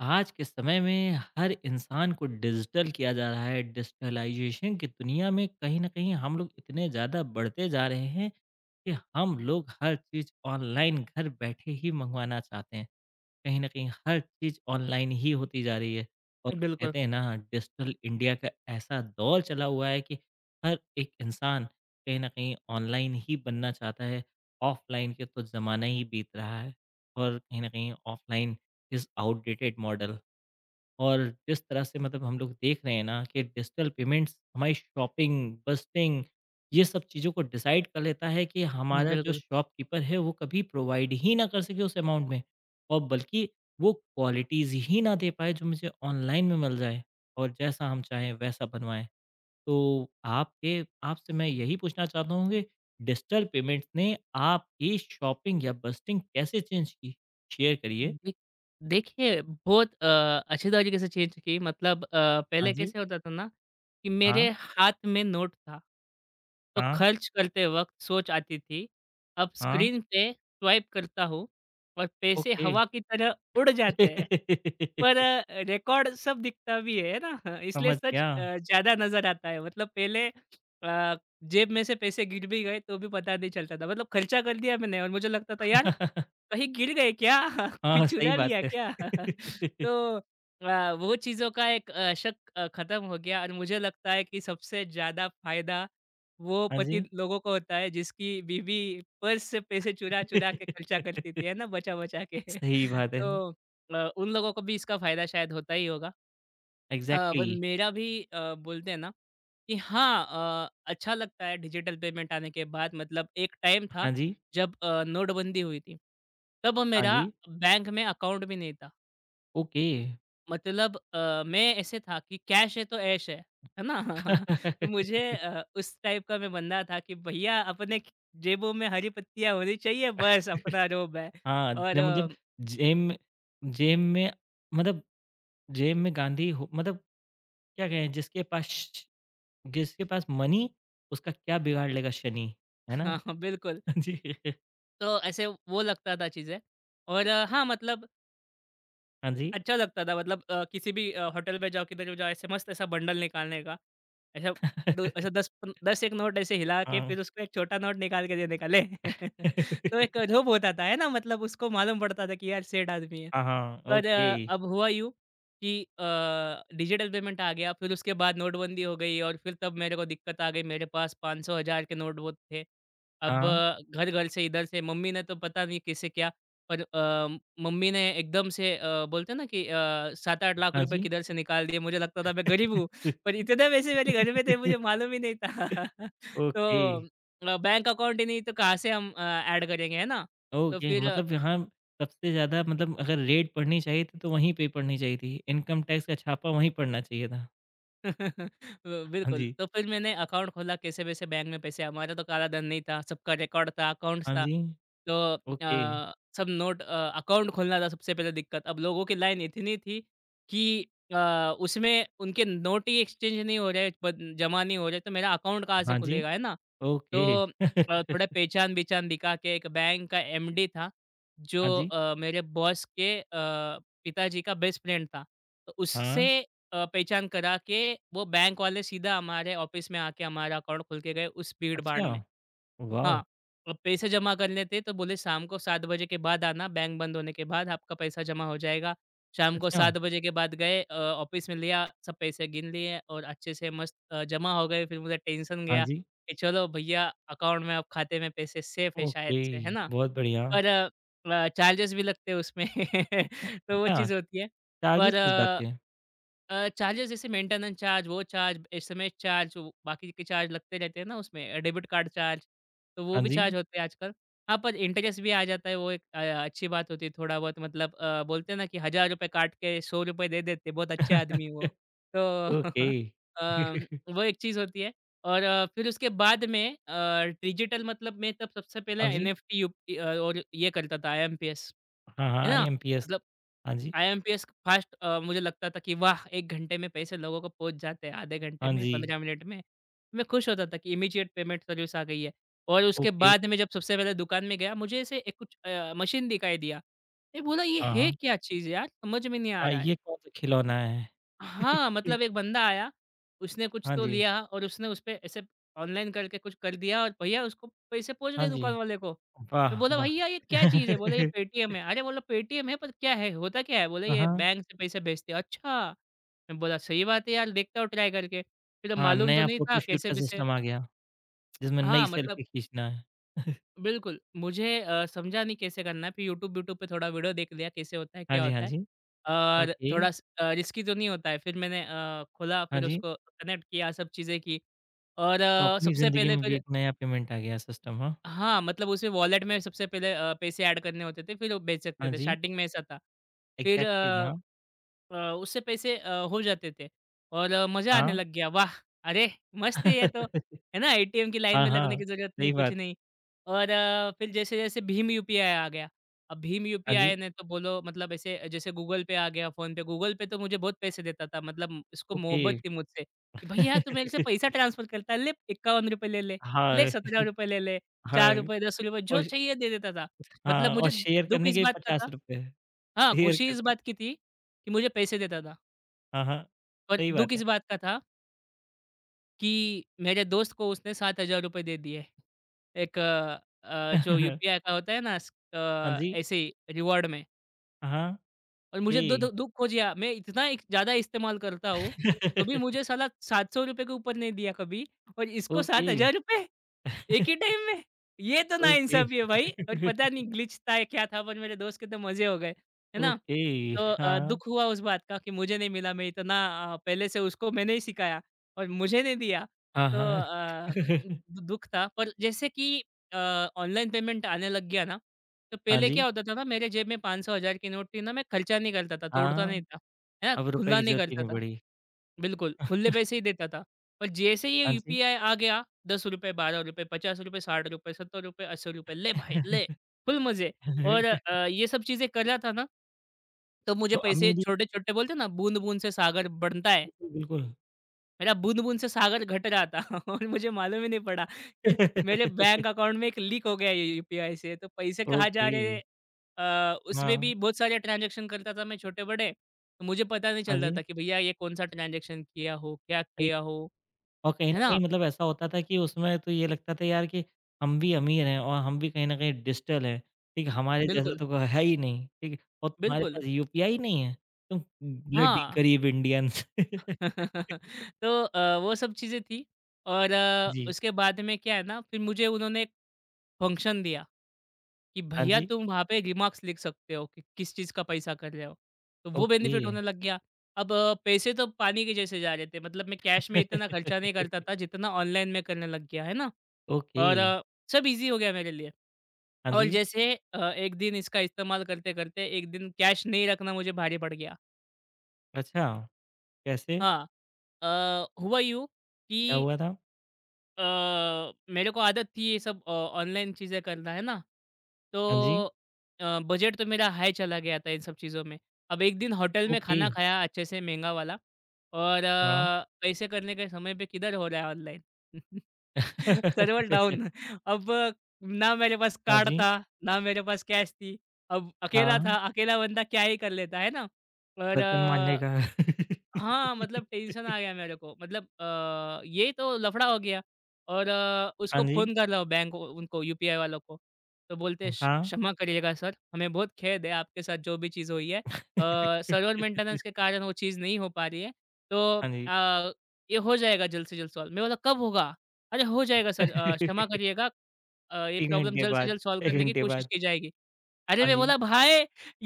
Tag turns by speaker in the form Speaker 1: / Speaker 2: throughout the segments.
Speaker 1: आज के समय में हर इंसान को डिजिटल किया जा रहा है। डिजिटलाइजेशन की दुनिया में कहीं ना कहीं हम लोग इतने ज़्यादा बढ़ते जा रहे हैं कि हम लोग हर चीज़ ऑनलाइन घर बैठे ही मंगवाना चाहते हैं। कहीं ना कहीं हर चीज़ ऑनलाइन ही होती जा रही है और
Speaker 2: बिल्कुल,
Speaker 1: कहते हैं ना, डिजिटल इंडिया का ऐसा दौर चला हुआ है कि हर एक इंसान कहीं ना कहीं ऑनलाइन ही बनना चाहता है। ऑफलाइन के तो ज़माना ही बीत रहा है और कहीं ना कहीं ऑफलाइन इज़ आउटडेटेड मॉडल। और जिस तरह से मतलब हम लोग देख रहे हैं ना कि डिजिटल पेमेंट्स हमारी शॉपिंग, बस्टिंग, ये सब चीज़ों को डिसाइड कर लेता है कि हमारा जो
Speaker 2: बिल्कुल।
Speaker 1: शॉपकीपर है वो कभी प्रोवाइड ही ना कर सके उस अमाउंट में और बल्कि वो क्वालिटीज़ ही ना दे पाए जो मुझे ऑनलाइन में मिल जाए और जैसा हम चाहें वैसा बनवाएँ। तो आपके आपसे मैं यही पूछना चाहता हूँ कि डिजिटल पेमेंट्स ने आपकी शॉपिंग या बस्टिंग कैसे चेंज की? शेयर करिए।
Speaker 2: दे देखिए, बहुत अच्छी तरीके से चेंज की मतलब
Speaker 1: हाँ
Speaker 2: पहले
Speaker 1: जी।
Speaker 2: कैसे होता था ना कि
Speaker 1: हाँ,
Speaker 2: मेरे हाथ में नोट था, तो
Speaker 1: हाँ,
Speaker 2: खर्च करते वक़्त सोच आती थी। अब
Speaker 1: हाँ।
Speaker 2: स्क्रीन पे स्वाइप करता हूँ और पैसे
Speaker 1: ओके।
Speaker 2: हवा की तरह उड़ जाते हैं। पर रिकॉर्ड सब दिखता भी है ना? इसलिए
Speaker 1: समझ
Speaker 2: सच
Speaker 1: गया।
Speaker 2: ज़्यादा नज़र आता है। मतलब पहले अ, जेब में से पैसे गिर भी गए तो भी पता नहीं चलता था। मतलब खर्चा कर दिया मैंने और मुझे लगता था यार कहीं गिर गए क्या? कोई
Speaker 1: हाँ, सही
Speaker 2: चुरा
Speaker 1: बात
Speaker 2: लिया
Speaker 1: है।
Speaker 2: क्या? तो वो चीज़ों का एक शक ख़त्म हो गया और मुझे लगता है कि सबसे ज़्यादा फ़ायदा वो
Speaker 1: हाँ
Speaker 2: पति
Speaker 1: जी।
Speaker 2: लोगों को होता है जिसकी बीवी पर्स से पैसे चुरा-चुरा के खर्चा करती थी, है ना? बचा-बचा के।
Speaker 1: सही बात है।
Speaker 2: तो उन लोगों को भी इसका फ़ायदा शायद होता ही होगा। पर
Speaker 1: एग्ज़ैक्टली।
Speaker 2: मेरा भी बोलते हैं ना कि हाँ, अच्छा लगता है डिजिटल पेमेंट आने के बाद मतलब एक टाइम था
Speaker 1: हाँ जी,
Speaker 2: जब नोटबंदी हुई थी। तब
Speaker 1: हाँ
Speaker 2: मेरा
Speaker 1: जी,
Speaker 2: बैंक में अकाउंट भी नहीं था।
Speaker 1: ओके।
Speaker 2: मतलब मैं ऐसे था कि कैश है तो ऐश है। है ना? तो मुझे उस टाइप का मैं बंदा था कि भैया अपने ख जेबों में हरी पत्तियाँ होनी चाहिए बस अपना रोब है।
Speaker 1: हाँ,
Speaker 2: और
Speaker 1: जब मतलब जेब में जेब में मतलब जेब में गांधी हो मतलब क्या कहें जिसके पास मनी, उसका क्या बिगाड़ लेगा शनि, है ना?
Speaker 2: हाँ, बिल्कुल।
Speaker 1: हाँ जी,
Speaker 2: तो ऐसे वो लगता था चीज़ें और हाँ, मतलब
Speaker 1: हाँ जी।
Speaker 2: अच्छा लगता था मतलब किसी भी होटल पे जाओ, किधर भी जाओ, ऐसे मस्त ऐसा बंडल निकालने का। ऐसा दो ऐसा 10 पन 10 एक नोट ऐसे हिला के
Speaker 1: हाँ।
Speaker 2: फिर उसको एक छोटा नोट निकाल के देने का, ले। तो एक लोभ होता था, है ना? मतलब उसको मालूम पड़ता था कि यार सेठ आदमी है।
Speaker 1: हाँ, हाँ,
Speaker 2: पर
Speaker 1: ओके।
Speaker 2: अब हुआ यूँ कि डिजिटल पेमेंट आ गया, फिर उसके बाद नोटबंदी हो गई और फिर तब मेरे को दिक्कत आ गई। मेरे पास 500 हज़ार के नोट वो थे। अब
Speaker 1: हाँ।
Speaker 2: घर-घर से, इधर से मम्मी ने तो पता नहीं किसे क्या और मम्मी ने एकदम से बोलते हैं ना कि 7-8 लाख
Speaker 1: हाँ
Speaker 2: रुपए
Speaker 1: जी।
Speaker 2: किधर से निकाल दिए। मुझे लगता था मैं गरीब हूँ, पर इतने पैसे मेरे घर में थे मुझे मालूम ही नहीं था। तो
Speaker 1: ओके,
Speaker 2: बैंक अकाउंट ही नहीं तो कहाँ से हम ऐड करेंगे, है ना? तो
Speaker 1: ओके।
Speaker 2: फिर
Speaker 1: मतलब यहाँ सबसे ज़्यादा मतलब अगर रेड पढ़नी चाहिए थी तो वहीं पे पढ़नी चाहिए थी। इनकम टैक्स का छापा वहीं पड़ना चाहिए था।
Speaker 2: ब
Speaker 1: हाँ
Speaker 2: बिल्कुल,
Speaker 1: जी,
Speaker 2: तो फिर मैंने अकाउंट खोला कैसे-वैसे बैंक में पैसे हमारा तो काला धन नहीं था, सबका रिकॉर्ड था, अकाउंट्स
Speaker 1: हाँ
Speaker 2: था।
Speaker 1: जी,
Speaker 2: तो
Speaker 1: ओके,
Speaker 2: सब नोट अकाउंट खोलना था सबसे पहले दिक्कत। अब लोगों की लाइन इतनी थी कि अ, उसमें उनके नोट ही एक्सचेंज नहीं हो रहे, बद जमा नहीं हो रहे, तो मेरा अकाउंट कहाँ से
Speaker 1: हाँ जी,
Speaker 2: खुलेगा, है ना? तो
Speaker 1: ओके,
Speaker 2: थोड़ा पहचान-बिहचान दिखा के एक बैंक का एमडी था, जो
Speaker 1: हाँ जी,
Speaker 2: मेरे बॉस के पिताजी का बेस्ट फ्रेंड था। तो उससे
Speaker 1: हाँ,
Speaker 2: पहचान करा के वो बैंक वाले सीधा हमारे ऑफिस में आके हमारा अकाउंट खोल के गए उस भीड़-भाड़
Speaker 1: अच्छा,
Speaker 2: में। हाँ,
Speaker 1: वॉव!
Speaker 2: अब पैसे जमा करने थे तो बोले शाम को 7 बजे के बाद आना, बैंक बंद होने के बाद आपका पैसा जमा हो जाएगा। शाम को
Speaker 1: अच्छा,
Speaker 2: 7 बजे के बाद गए ऑफिस में लिया, सब पैसे गिन लिए और अच्छे से मस्त जमा हो गए। फिर मुझे टेंशन
Speaker 1: हाँ
Speaker 2: गया
Speaker 1: जी,
Speaker 2: कि चलो भईया अकाउंट में अब खाते में पैसे सेफ है शायद
Speaker 1: ओके,
Speaker 2: से, है ना?
Speaker 1: बहुत बढ़िया।
Speaker 2: पर चार्जेस भी लगते हैं उसमें तो वो
Speaker 1: अच्छा,
Speaker 2: चीज़ होती है।
Speaker 1: चार्जेस
Speaker 2: पर
Speaker 1: किस बात के हैं?
Speaker 2: चार्जेस जैसे मेंटेनेंस चार्ज, वो चार्ज, एसएमएस चार्ज, वो बाकी के चार्ज लगते रहते हैं ना उसमें डेबिट कार्ड चार्ज, तो वो
Speaker 1: हाँ
Speaker 2: भी
Speaker 1: जी,
Speaker 2: चार्ज होते हैं आजकल। हाँ, पर इंटरेस्ट भी आ जाता है, वो एक अच्छी बात होती है थोड़ा बहुत मतलब बोलते हैं ना कि हज़ार रुपए काट के ₹100 दे देते, बहुत अच्छे आदमी है वो। तो
Speaker 1: ओके,
Speaker 2: अम, वो एक चीज़ होती है और फिर उसके बाद में डिजिटल मतलब मैं तब सबसे पहले
Speaker 1: हाँ जी,
Speaker 2: एनएफटी और ये करता था आईएमपीएस,
Speaker 1: हाँ, हाँ,
Speaker 2: है ना?
Speaker 1: आईएमपीएस,
Speaker 2: मतलब
Speaker 1: हाँ जी,
Speaker 2: आईएमपीएस फास्ट मुझे लगता था कि वाह! 1 घंटे में पैसे लोगों को पहुँच जाते हैं, आधे घंटे
Speaker 1: हाँ
Speaker 2: में,
Speaker 1: जी,
Speaker 2: 15 मिनट में। मैं खुश होता था कि इमीडिएट पेमेंट सर्विस आ गई है और उसके
Speaker 1: ओके,
Speaker 2: बाद में जब सबसे पहले दुकान में गया, मुझे ऐसे एक कुछ मशीन दिखाई दिया। मैं बोला, "ये
Speaker 1: हाँ,
Speaker 2: है
Speaker 1: हाँ।
Speaker 2: क्या चीज़ यार? समझ में नहीं आ
Speaker 1: हाँ,
Speaker 2: रहा है।"
Speaker 1: ये कौन-सा खिलौना है?
Speaker 2: हाँ, मतलब एक बंदा आया, उसने कुछ
Speaker 1: हाँ
Speaker 2: तो
Speaker 1: जी,
Speaker 2: लिया और उसने उसपे ऐसे ऑनलाइन करके कुछ कर दिया और भैया उसको पैसे पहुँच
Speaker 1: हाँ
Speaker 2: गए दुकान
Speaker 1: जी।
Speaker 2: वाले को। मैं
Speaker 1: वाह!
Speaker 2: बोला,
Speaker 1: वाह!
Speaker 2: "भैया ये क्या चीज़ है?" बोले, "ये पेटीएम है।" अरे बोला, "पेटीएम है पर क्या है? होता क्या है?" बोले,
Speaker 1: हाँ,
Speaker 2: "ये
Speaker 1: हाँ।
Speaker 2: बैंक से पैसे भेजते हैं।" अच्छा! मैं बोला, "सही बात है यार, देखता हूँ ट्राई करके।" फिर अब
Speaker 1: हाँ,
Speaker 2: मालूम तो
Speaker 1: नया
Speaker 2: नहीं था
Speaker 1: फ़ोटोशूट का
Speaker 2: कैसे-वैसे
Speaker 1: सिस्टम आ गया, जिसमें नई
Speaker 2: हाँ, मतलब
Speaker 1: सेल्फ़ी खींचना है।
Speaker 2: बिल्कुल, मुझे समझा नहीं कैसे करना है, फिर यूट्यूब व्यूट्यूब पे थोड़ा वीडियो देख लिया कैसे होता है,
Speaker 1: हाँ
Speaker 2: क्या
Speaker 1: जी, हाँ
Speaker 2: होता है?
Speaker 1: जी।
Speaker 2: और
Speaker 1: ओके,
Speaker 2: थोड़ा रिस्की तो नहीं होता है, फिर मैंने खोला
Speaker 1: हाँ
Speaker 2: फिर
Speaker 1: जी।
Speaker 2: उसको कनेक्ट किया, सब चीज़ें की और
Speaker 1: तो अपनी
Speaker 2: सबसे
Speaker 1: ज़िंदगी
Speaker 2: पहले
Speaker 1: में भी
Speaker 2: फिर
Speaker 1: एक नया पेमेंट आ गया सिस्टम, हाँ।
Speaker 2: हाँ, मतलब उसमें वॉलेट में सबसे पहले पैसे ऐड करने होते थे, फिर वो बेच
Speaker 1: हाँ
Speaker 2: सकते थे,
Speaker 1: जी,
Speaker 2: स्टार्टिंग में ऐसा था। फिर
Speaker 1: एग्ज़ैक्टली हाँ,
Speaker 2: उससे पैसे हो जाते थे और मज़ा आने
Speaker 1: हाँ।
Speaker 2: लग गया। वाह! अरे, मस्त है ये तो, है ना? एटीएम की लाइन
Speaker 1: हाँ,
Speaker 2: में लगने
Speaker 1: हाँ,
Speaker 2: की ज़रूरत नहीं,
Speaker 1: सही
Speaker 2: कुछ
Speaker 1: बात।
Speaker 2: नहीं। और फिर जैसे-जैसे भीम यूपीआई आ गया। अब भीम
Speaker 1: हाँ जी,
Speaker 2: यूपीआई ने तो बोलो मतलब ऐसे जैसे गूगल पे आ गया, फ़ोन पे गूगल पे तो मुझे बहुत पैसे देता था, मतलब इसको मोहब्बत
Speaker 1: ओके।
Speaker 2: थी मुझसे कि भैया तू मेरे से पैसा ट्रांसफ़र करता है, ले ₹51 ले ले, ले
Speaker 1: हाँ,
Speaker 2: ₹17 ले ले।
Speaker 1: हाँ
Speaker 2: ₹4 ₹10
Speaker 1: और
Speaker 2: जो चाहिए दे देता था। मतलब
Speaker 1: हाँ और
Speaker 2: मुझे
Speaker 1: शेयर
Speaker 2: दुःख
Speaker 1: करने के
Speaker 2: इस
Speaker 1: भी
Speaker 2: बात का था
Speaker 1: ₹50
Speaker 2: हाँ,
Speaker 1: शेयर
Speaker 2: खुशी इस
Speaker 1: करके
Speaker 2: बात की थी कि मुझे पैसे देता था।
Speaker 1: हाँ, हाँ,
Speaker 2: पर
Speaker 1: सही
Speaker 2: दुःख
Speaker 1: बात है।
Speaker 2: इस बात का था कि मेरे दोस्त को उसने ₹7,000 दे दिए। एक जो यूपीआई का होता है ना
Speaker 1: हाँ जी।
Speaker 2: ऐसे ही रिवॉर्ड में।
Speaker 1: हाँ,
Speaker 2: और मुझे दु
Speaker 1: ए
Speaker 2: दु दुःख हो गया मैं इतना एक ज़्यादा इस्तेमाल करता हूँ, तो भी मुझे साला ₹700 के ऊपर नहीं दिया कभी और इसको
Speaker 1: ओके,
Speaker 2: ₹7,000 एक ही टाइम में! ये तो
Speaker 1: ओके,
Speaker 2: नाइंसाफ़ी है भाई और पता नहीं ग्लिच था या क्या था पर मेरे दोस्त के तो मज़े हो गए, है ना?
Speaker 1: ओके,
Speaker 2: तो
Speaker 1: हाँ,
Speaker 2: दुःख हुआ उस बात का कि मुझे नहीं मिला मैं इतना पहले से उसको मैंने ही सिखाया और मुझे नहीं दिया।
Speaker 1: हाँ,
Speaker 2: तो
Speaker 1: हाँ।
Speaker 2: दु दुःख था पर जैसे कि अ, ऑनलाइन पेमेंट आने लग गया ना, तो
Speaker 1: हाँ
Speaker 2: पहले
Speaker 1: जी,
Speaker 2: क्या होता था ना मेरे जेब में 500, 1000 की नोट थी ना मैं खर्चा नहीं करता था, तोड़ता
Speaker 1: हाँ,
Speaker 2: नहीं था, है ना?
Speaker 1: अब रुपए
Speaker 2: खुला
Speaker 1: की
Speaker 2: नहीं
Speaker 1: ज्योति
Speaker 2: करता
Speaker 1: नहीं
Speaker 2: था।
Speaker 1: बुड़ी।
Speaker 2: बिल्कुल, खुले पैसे ही देता था। पर जैसे ही ये
Speaker 1: हाँ जी।
Speaker 2: यूपीआई आ गया ₹10, ₹12, ₹50, ₹60, ₹70, ₹80 ले भाई ले, फुल मज़े। और ये सब चीज़ें कर रहा था ना, तो मुझे
Speaker 1: तो
Speaker 2: पैसे
Speaker 1: अमीरी
Speaker 2: छोटे-छोटे बोलते हैं ना बूँद-बूँद से सागर बनता है।
Speaker 1: बिल्कुल, बिल्कुल।
Speaker 2: मेरा बूँद-बूँद से सागर घट रहा था और मुझे मालूम ही नहीं पड़ा कि मेरे बैंक अकाउंट में एक लीक हो गया है ये यूपीआई से, तो पैसे कहाँ जा
Speaker 1: ओके,
Speaker 2: रहे हैं। उसमें
Speaker 1: हाँ,
Speaker 2: भी बहुत सारे ट्रांज़ैक्शन करता था मैं छोटे-बड़े, तो मुझे पता नहीं
Speaker 1: हाँ
Speaker 2: चलता
Speaker 1: जी,
Speaker 2: था कि भैया ये कौन-सा ट्रांज़ैक्शन किया हो, क्या
Speaker 1: सही।
Speaker 2: किया हो,
Speaker 1: और कहीं न
Speaker 2: है
Speaker 1: कहीं
Speaker 2: ना?
Speaker 1: मतलब ऐसा होता था कि उसमें तो ये लगता था यार कि हम भी अमीर हैं और हम भी कहीं न कहीं डिजिटल हैं, ठीक है? हमारे जैसा
Speaker 2: बिल्कुल,
Speaker 1: तो कोई है ही नहीं, ठीक है? और तुम्हारे
Speaker 2: बिल्कुल,
Speaker 1: पास यूपीआई नहीं है? तुम ब्लडी
Speaker 2: हाँ।
Speaker 1: गरीब इंडियंस।
Speaker 2: तो वो सब चीज़ें थी और
Speaker 1: जी।
Speaker 2: उसके बाद में क्या है ना, फिर मुझे उन्होंने एक फ़ंक्शन दिया। कि
Speaker 1: हाँ
Speaker 2: भैया
Speaker 1: जी।
Speaker 2: तुम वहाँ पे रिमार्क्स लिख सकते हो कि किस चीज़ का पैसा कर रहे हो। तो वो
Speaker 1: ओके।
Speaker 2: बेनिफिट होने लग गया। अब पैसे तो पानी के जैसे जा रहे थे। मतलब मैं कैश में इतना खर्चा नहीं करता था जितना ऑनलाइन में करने लग गया, है ना?
Speaker 1: ओके।
Speaker 2: और सब ईज़ी हो गया मेरे लिए।
Speaker 1: हाँ
Speaker 2: और
Speaker 1: जी।
Speaker 2: जैसे एक दिन इसका इस्तेमाल करते-करते एक दिन कैश नहीं रखना मुझे भारी पड़ गया।
Speaker 1: अच्छा, कैसे?
Speaker 2: हाँ, हुआ यूँ
Speaker 1: क्या
Speaker 2: कि
Speaker 1: हुआ था?
Speaker 2: अ, मेरे को आदत थी ये सब ऑनलाइन चीज़ें करना, है ना?
Speaker 1: हाँ जी।
Speaker 2: तो बजट तो मेरा हाई चला गया था इन सब चीज़ों में। अब एक दिन होटल में
Speaker 1: ओके।
Speaker 2: खाना खाया अच्छे से महँगा वाला और
Speaker 1: हाँ।
Speaker 2: पैसे करने के समय पे किधर हो रहा है ऑनलाइन? Server down. अब ना मेरे पास
Speaker 1: हाँ
Speaker 2: कार्ड
Speaker 1: जी।
Speaker 2: था, ना मेरे पास कैश थी। अब अकेला
Speaker 1: हाँ,
Speaker 2: था, अकेला बंदा क्या ही कर लेता, है ना? और
Speaker 1: बर्तन माँजने का।
Speaker 2: हाँ, मतलब टेंशन आ गया मेरे को मतलब ये तो लफड़ा हो गया। और
Speaker 1: हाँ
Speaker 2: उसको
Speaker 1: जी।
Speaker 2: फ़ोन कर रहा हूँ बैंक उनको यूपीआई वालों को, तो बोलते हैं, "क्ष
Speaker 1: हाँ।
Speaker 2: क्षमा करिएगा सर, हमें बहुत खेद है आपके साथ जो भी चीज़ हुई है। सर्वर मेंटेनेंस के कारण वो चीज़ नहीं हो पा रही है, तो
Speaker 1: हाँ जी।
Speaker 2: ये हो जाएगा जल्द से जल्द सॉल्व।" मैं बोला, "कब होगा?" "अरे, हो जाएगा सर क्षमा करिएगा ये
Speaker 1: 1
Speaker 2: प्रॉब्लम
Speaker 1: घंटे
Speaker 2: जल्द से
Speaker 1: बाद
Speaker 2: जल्द सॉल्व
Speaker 1: 1
Speaker 2: करने की
Speaker 1: घंटे
Speaker 2: कोशिश
Speaker 1: बाद,
Speaker 2: की जाएगी।" अरे,
Speaker 1: हाँ
Speaker 2: मैं
Speaker 1: जी।
Speaker 2: बोला भाई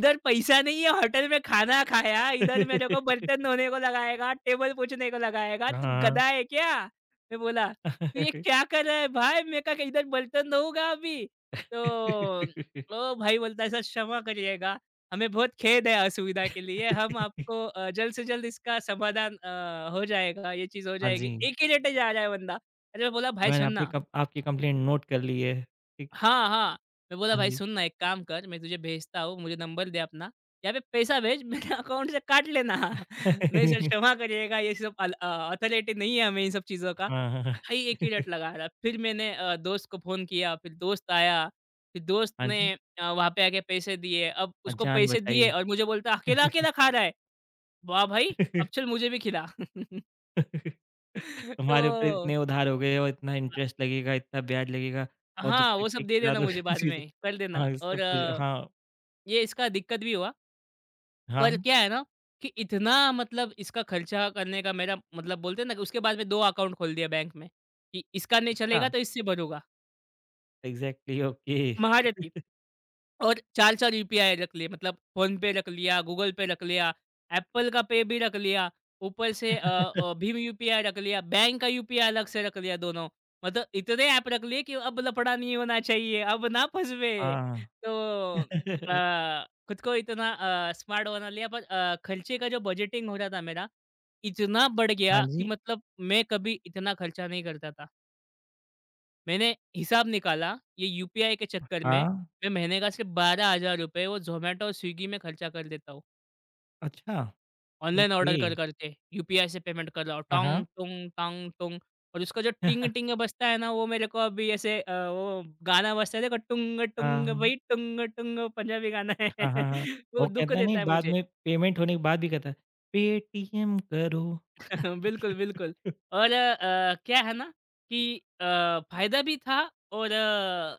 Speaker 2: इधर पैसा नहीं है होटल में खाना खाया, इधर मेरे को बर्तन धोने को लगाएगा, टेबल पोंछने को लगाएगा, तू
Speaker 1: हाँ।
Speaker 2: गधा है क्या? मैं बोला, "तू ये क्या कर रहा है भाई?" मैं कहा कि इधर बर्तन धोऊँगा अभी। तो ओ भाई बोलता है, "सर क्षमा करिएगा, हमें बहुत खेद है असुविधा के लिए, हम आपको जल्द से जल्द इसका समाधान हो जाएगा, ये चीज़ हो
Speaker 1: हाँ जी।
Speaker 2: जाएगी।" एक ही लेटे जा रहा है बंदा। अरे, मैं बोला भाई
Speaker 1: मैंने
Speaker 2: सुन
Speaker 1: अपनी
Speaker 2: ना।
Speaker 1: कम आपकी कंप्लेंट नोट कर ली है, ठीक।
Speaker 2: हाँ, हाँ। मैं बोला
Speaker 1: हाँ
Speaker 2: भाई
Speaker 1: जी।
Speaker 2: सुन ना एक काम कर मैं तुझे भेजता हूँ, मुझे नंबर दे अपना, या फिर पैसा भेज मेरे अकाउंट से काट लेना। नहीं सर क्षमा करिएगा ये सब अथॉरिटी नहीं है हमें इन सब चीज़ों का।
Speaker 1: हाँ, हाँ।
Speaker 2: भाई एक ही रट लगा रहा। फिर मैंने दोस्त को फ़ोन किया, फिर दोस्त आया, फिर दोस्त
Speaker 1: हाँ
Speaker 2: ने
Speaker 1: जी,
Speaker 2: वहाँ पे आके पैसे दिए। अब
Speaker 1: और
Speaker 2: उसको
Speaker 1: जान
Speaker 2: पैसे
Speaker 1: बचाई।
Speaker 2: दिए और मुझे बोलता है अकेला-अकेला खा रहा है। वाह भाई! अब चल मुझे भी खिला।
Speaker 1: तुम्हारे ऊपर
Speaker 2: तो
Speaker 1: इतने उधार हो गए और इतना इंटरेस्ट लगेगा, इतना ब्याज लगेगा और जब
Speaker 2: हाँ,
Speaker 1: तक
Speaker 2: वो
Speaker 1: नहीं
Speaker 2: सब दे
Speaker 1: खिला
Speaker 2: देना
Speaker 1: दोगे
Speaker 2: मुझे बाद
Speaker 1: चीज़ें
Speaker 2: में, कर देना
Speaker 1: हाँ,
Speaker 2: और
Speaker 1: सब कुछ हाँ,
Speaker 2: ये इसका दिक्कत भी हुआ। पर
Speaker 1: हाँ,
Speaker 2: क्या है ना कि इतना मतलब इसका खर्चा करने का मेरा मतलब बोलते हैं ना कि उसके बाद में 2 अकाउंट खोल दिया बैंक में, कि इसका नहीं
Speaker 1: अच्छा,
Speaker 2: चलेगा तो इससे भरूँगा।
Speaker 1: Exactly, okay.
Speaker 2: महारथी। और 4-4 यूपीआई रख लिए मतलब फ़ोनपे रख लिया, गूगल पे रख लिया, एप्पल का पे भी रख लिया, ऊपर से भीम यूपीआई रख लिया, बैंक का यूपीआई अलग से रख लिया दोनों। मतलब इतने ऐप रख लिए कि अब लफड़ा नहीं होना चाहिए, अब ना फँसवे।
Speaker 1: हाँ।
Speaker 2: तो खुद को इतना स्मार्ट बना लिया पर खर्चे का जो बजटिंग हो रहा था मेरा, इतना बढ़
Speaker 1: हाँ
Speaker 2: गया कि
Speaker 1: जी।
Speaker 2: मतलब मैं कभी इतना खर्चा नहीं करता था। मैंने हिसाब निकाला, ये यूपीआई के चक्कर में
Speaker 1: हाँ,
Speaker 2: मैं महीने का सिर्फ़ ₹12,000 वो ज़ोमैटो और स्विगी में खर्चा कर देता हूँ।
Speaker 1: अच्छा,
Speaker 2: ऑनलाइन
Speaker 1: ओके,
Speaker 2: ऑर्डर कर करके, यूपीआई से पेमेंट कर रहा हूँ।
Speaker 1: हाँ, हाँ।
Speaker 2: टोंग, टोंग, टांग, टोंग। और उसका जो टिंग-टिंग बजता है ना, वो मेरे को अभी ऐसे वो गाना बजता है देखो टुंग
Speaker 1: हाँ,
Speaker 2: टुंग
Speaker 1: हाँ,
Speaker 2: भई टुंग टुंग पंजाबी गाना है।
Speaker 1: हाँ, हाँ। वो
Speaker 2: वो दुःख
Speaker 1: कहता नहीं,
Speaker 2: देता है
Speaker 1: बाद
Speaker 2: मुझे।
Speaker 1: में पेमेंट होने के बाद भी कहता है, पेटीएम करो।
Speaker 2: बिल्कुल, बिल्कुल। और क्या है ना कि अ, फ़ायदा भी था और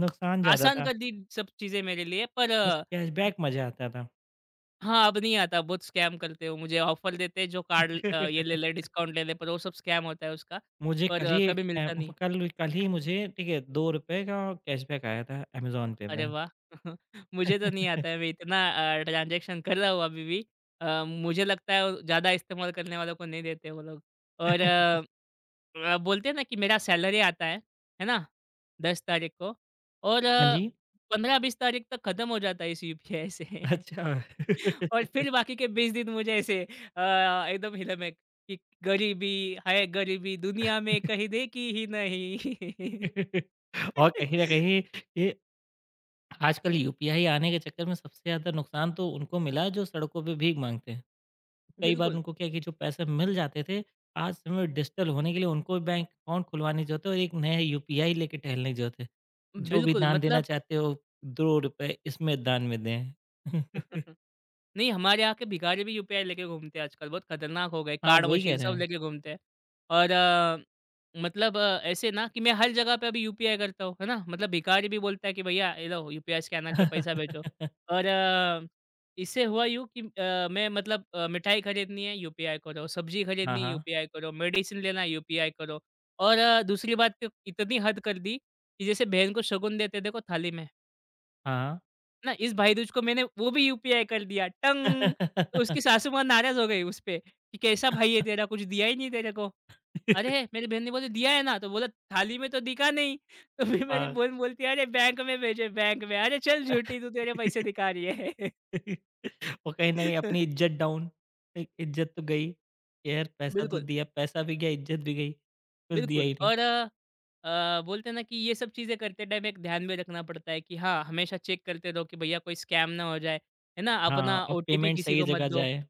Speaker 1: नुकसान ज़्यादा
Speaker 2: आसान
Speaker 1: था,
Speaker 2: कर दी सब चीज़ें मेरे लिए पर
Speaker 1: बस कैशबैक मज़ा आता था।
Speaker 2: हाँ, अब नहीं आता, बहुत स्कैम करते हो। मुझे ऑफर देते हैं जो कार्ड ये ले ले, डिस्काउंट ले ले, पर वो सब स्कैम होता है उसका।
Speaker 1: मुझे कल
Speaker 2: पर
Speaker 1: ही एक
Speaker 2: कभी मिलता नहीं।
Speaker 1: कल कल ही मुझे ठीक है ₹2 का कैशबैक आया था अमेज़न पे
Speaker 2: अरे
Speaker 1: में।
Speaker 2: वाह! मुझे तो नहीं आता है, मैं इतना ट्रांज़ैक्शन कर रहा हूँ अभी भी। मुझे लगता है वो ज़्यादा इस्तेमाल करने वालों को नहीं देते वो लोग। और बोलते हैं ना कि मेरा सैलरी आता है ना? 10 तारीख को और
Speaker 1: हाँ जी,
Speaker 2: 15-20 तारीख तक खत्म हो जाता है इस यूपीआई से।
Speaker 1: अच्छा।
Speaker 2: और फिर बाकी के 20 दिन मुझे ऐसे एकदम हिला में कि गरीबी है, गरीबी दुनिया में कहीं देखी ही नहीं।
Speaker 1: और कहीं न कहीं ये आजकल यूपीआई आने के चक्कर में सबसे ज़्यादा नुकसान तो उनको मिला है जो सड़कों पे भीख माँगते हैं। कई बार
Speaker 2: बिल्कुल,
Speaker 1: उनको क्या है कि जो पैसे मिल जाते थे, आज समय में डिजिटल होने के लिए उनको बैंक अकाउंट खुलवाने की ज़रूरत है और एक नया यूपीआई लेके टहलने की ज़रूरत है। जो भी
Speaker 2: बिल्कुल
Speaker 1: दान देना
Speaker 2: मतलब
Speaker 1: चाहते हो, ₹2 इसमें दान में दें।
Speaker 2: नहीं, हमारे यहाँ के भिखारी भी यूपीआई लेके घूमते हैं आजकल, बहुत खतरनाक हो गए।
Speaker 1: हाँ,
Speaker 2: कार्ड
Speaker 1: वही कह
Speaker 2: मशीन
Speaker 1: रहे
Speaker 2: सब
Speaker 1: हैं।
Speaker 2: लेके घूमते हैं और मतलब ऐसे ना कि मैं हर जगह पे अभी यूपीआई करता हूँ, है ना? मतलब भिखारी भी बोलता है कि भैया ये लो यूपीआई स्कैनर पे पैसा भेजो। और इससे हुआ यूँ कि मैं मतलब मिठाई खरीदनी है यूपीआई करो, सब्जी
Speaker 1: हाँ,
Speaker 2: खरीदनी है
Speaker 1: हाँ।
Speaker 2: यूपीआई करो, मेडिसिन लेना है यूपीआई करो। और दूसरी बात तो इतनी हद कर दी कि जैसे बहन को शगुन देते देखो थाली में।
Speaker 1: हाँ,
Speaker 2: ना इस भाई-दूज को मैंने वो भी यूपीआई कर दिया टंग! तो उसकी सासू माँ नाराज़ हो गई उसपे कि कैसा भाई है तेरा कुछ दिया ही नहीं तेरे को। अरे! मेरी बहन ने बोली दिया है ना, तो बोला थाली में तो दिखा नहीं। तो फिर मेरी
Speaker 1: हाँ।
Speaker 2: बहन बोलती है अरे बैंक में भेजे बैंक में, अरे चल
Speaker 1: हाँ।
Speaker 2: झूठी तू तेरे पैसे दिखा रही है।
Speaker 1: और कहीं न कहीं अपनी इज़्ज़त डाउन, एक इज़्ज़त तो गई, कि यार पैसा तो
Speaker 2: बिल्कुल,
Speaker 1: दिया, पैसा भी गया, इज़्ज़त भी गई, कुछ दिया
Speaker 2: बिल्कुल।
Speaker 1: ही नहीं।
Speaker 2: और बोलते हैं ना कि ये सब चीज़ें करते टाइम एक ध्यान में रखना पड़ता है कि हाँ, हमेशा चेक करते रहो कि भैया कोई स्कैम ना हो जाए, है ना?
Speaker 1: हाँ,
Speaker 2: अपना
Speaker 1: और
Speaker 2: ओटीपी
Speaker 1: पेमेंट
Speaker 2: किसी
Speaker 1: सही
Speaker 2: को मत
Speaker 1: जगह
Speaker 2: दो।
Speaker 1: जाए।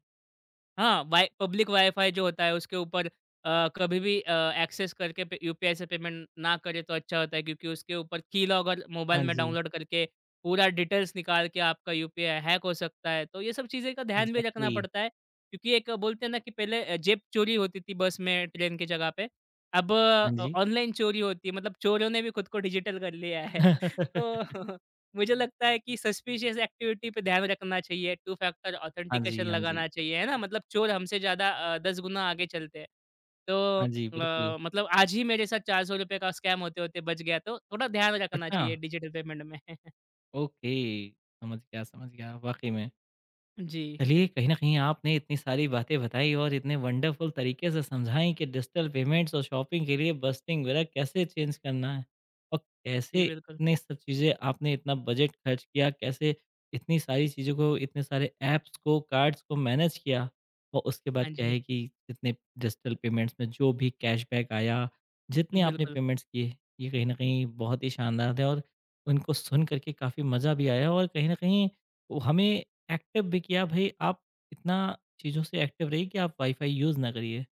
Speaker 2: हाँ, वाई पब्लिक वाईफ़ाई जो होता है उसके ऊपर कभी भी एक्सेस करके पे यूपीआई से पेमेंट ना करे तो अच्छा होता है क्योंकि उसके ऊपर कीलॉगर
Speaker 1: हाँ
Speaker 2: मोबाइल में
Speaker 1: जी,
Speaker 2: डाउनलोड करके पूरा डिटेल्स निकाल के आपका यूपीआई हैक हो सकता है। तो ये सब चीज़ें का ध्यान भी रखना
Speaker 1: एग्ज़ैक्टली।
Speaker 2: पड़ता है क्योंकि एक बोलते हैं ना कि पहले जेब चोरी होती थी बस में, ट्रेन की जगह पे। अब
Speaker 1: हाँ जी।
Speaker 2: ऑनलाइन चोरी होती है मतलब चोरों ने भी खुद को डिजिटल कर लिया है। तो मुझे लगता है कि सस्पिशियस एक्टिविटी पे ध्यान रखना चाहिए, टू फैक्टर
Speaker 1: हाँ
Speaker 2: ऑथेंटिकेशन
Speaker 1: जी, हाँ जी।
Speaker 2: लगाना चाहिए, है ना? मतलब चोर हमसे ज़्यादा 10 गुना आगे चलते हैं। तो
Speaker 1: हाँ जी, बिल्कुल।
Speaker 2: मतलब आज ही मेरे साथ ₹400 का स्कैम होते-होते बच गया, तो थोड़ा ध्यान रखना
Speaker 1: अच्छा,
Speaker 2: चाहिए डिजिटल पेमेंट में।
Speaker 1: ओके, समझ गया, वाक़ई में।
Speaker 2: जी,
Speaker 1: चलिए कहीं न कहीं आपने इतनी सारी बातें बताई और इतने वंडरफुल तरीके से समझाई कि डिजिटल पेमेंट्स और शॉपिंग के लिए बस्टिंग वगैरह कैसे चेंज करना है और
Speaker 2: जी,
Speaker 1: कैसे
Speaker 2: बिल्कुल।
Speaker 1: इतनी सब चीज़ें आपने इतना बजट खर्च किया, कैसे इतनी सारी चीज़ों को, इतने सारे ऐप्स को, कार्ड्स को मैनेज किया और उसके बाद
Speaker 2: हाँ
Speaker 1: क्या
Speaker 2: जी,
Speaker 1: है कि जितने डिजिटल पेमेंट्स में जो भी कैशबैक आया, जितने आपने
Speaker 2: बिल्कुल,
Speaker 1: पेमेंट्स किए, ये कहीं न कहीं बहुत ही शानदार थे और उनको सुन कर के काफ़ी मज़ा भी आया और कहीं न कहीं वो हमें एक्टिव भी किया। भई आप इतना चीज़ों से एक्टिव रहिए कि आप वाई-फाई यूज़ ना करिए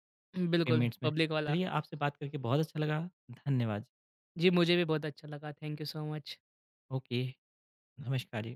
Speaker 2: बिल्कुल,
Speaker 1: पेमेंट्स में।
Speaker 2: पब्लिक वाला।
Speaker 1: चलिए आपसे बात करके बहुत अच्छा लगा। धन्यवाद।
Speaker 2: जी, मुझे भी बहुत अच्छा लगा। Thank you so much.
Speaker 1: Okay, नमस्कार।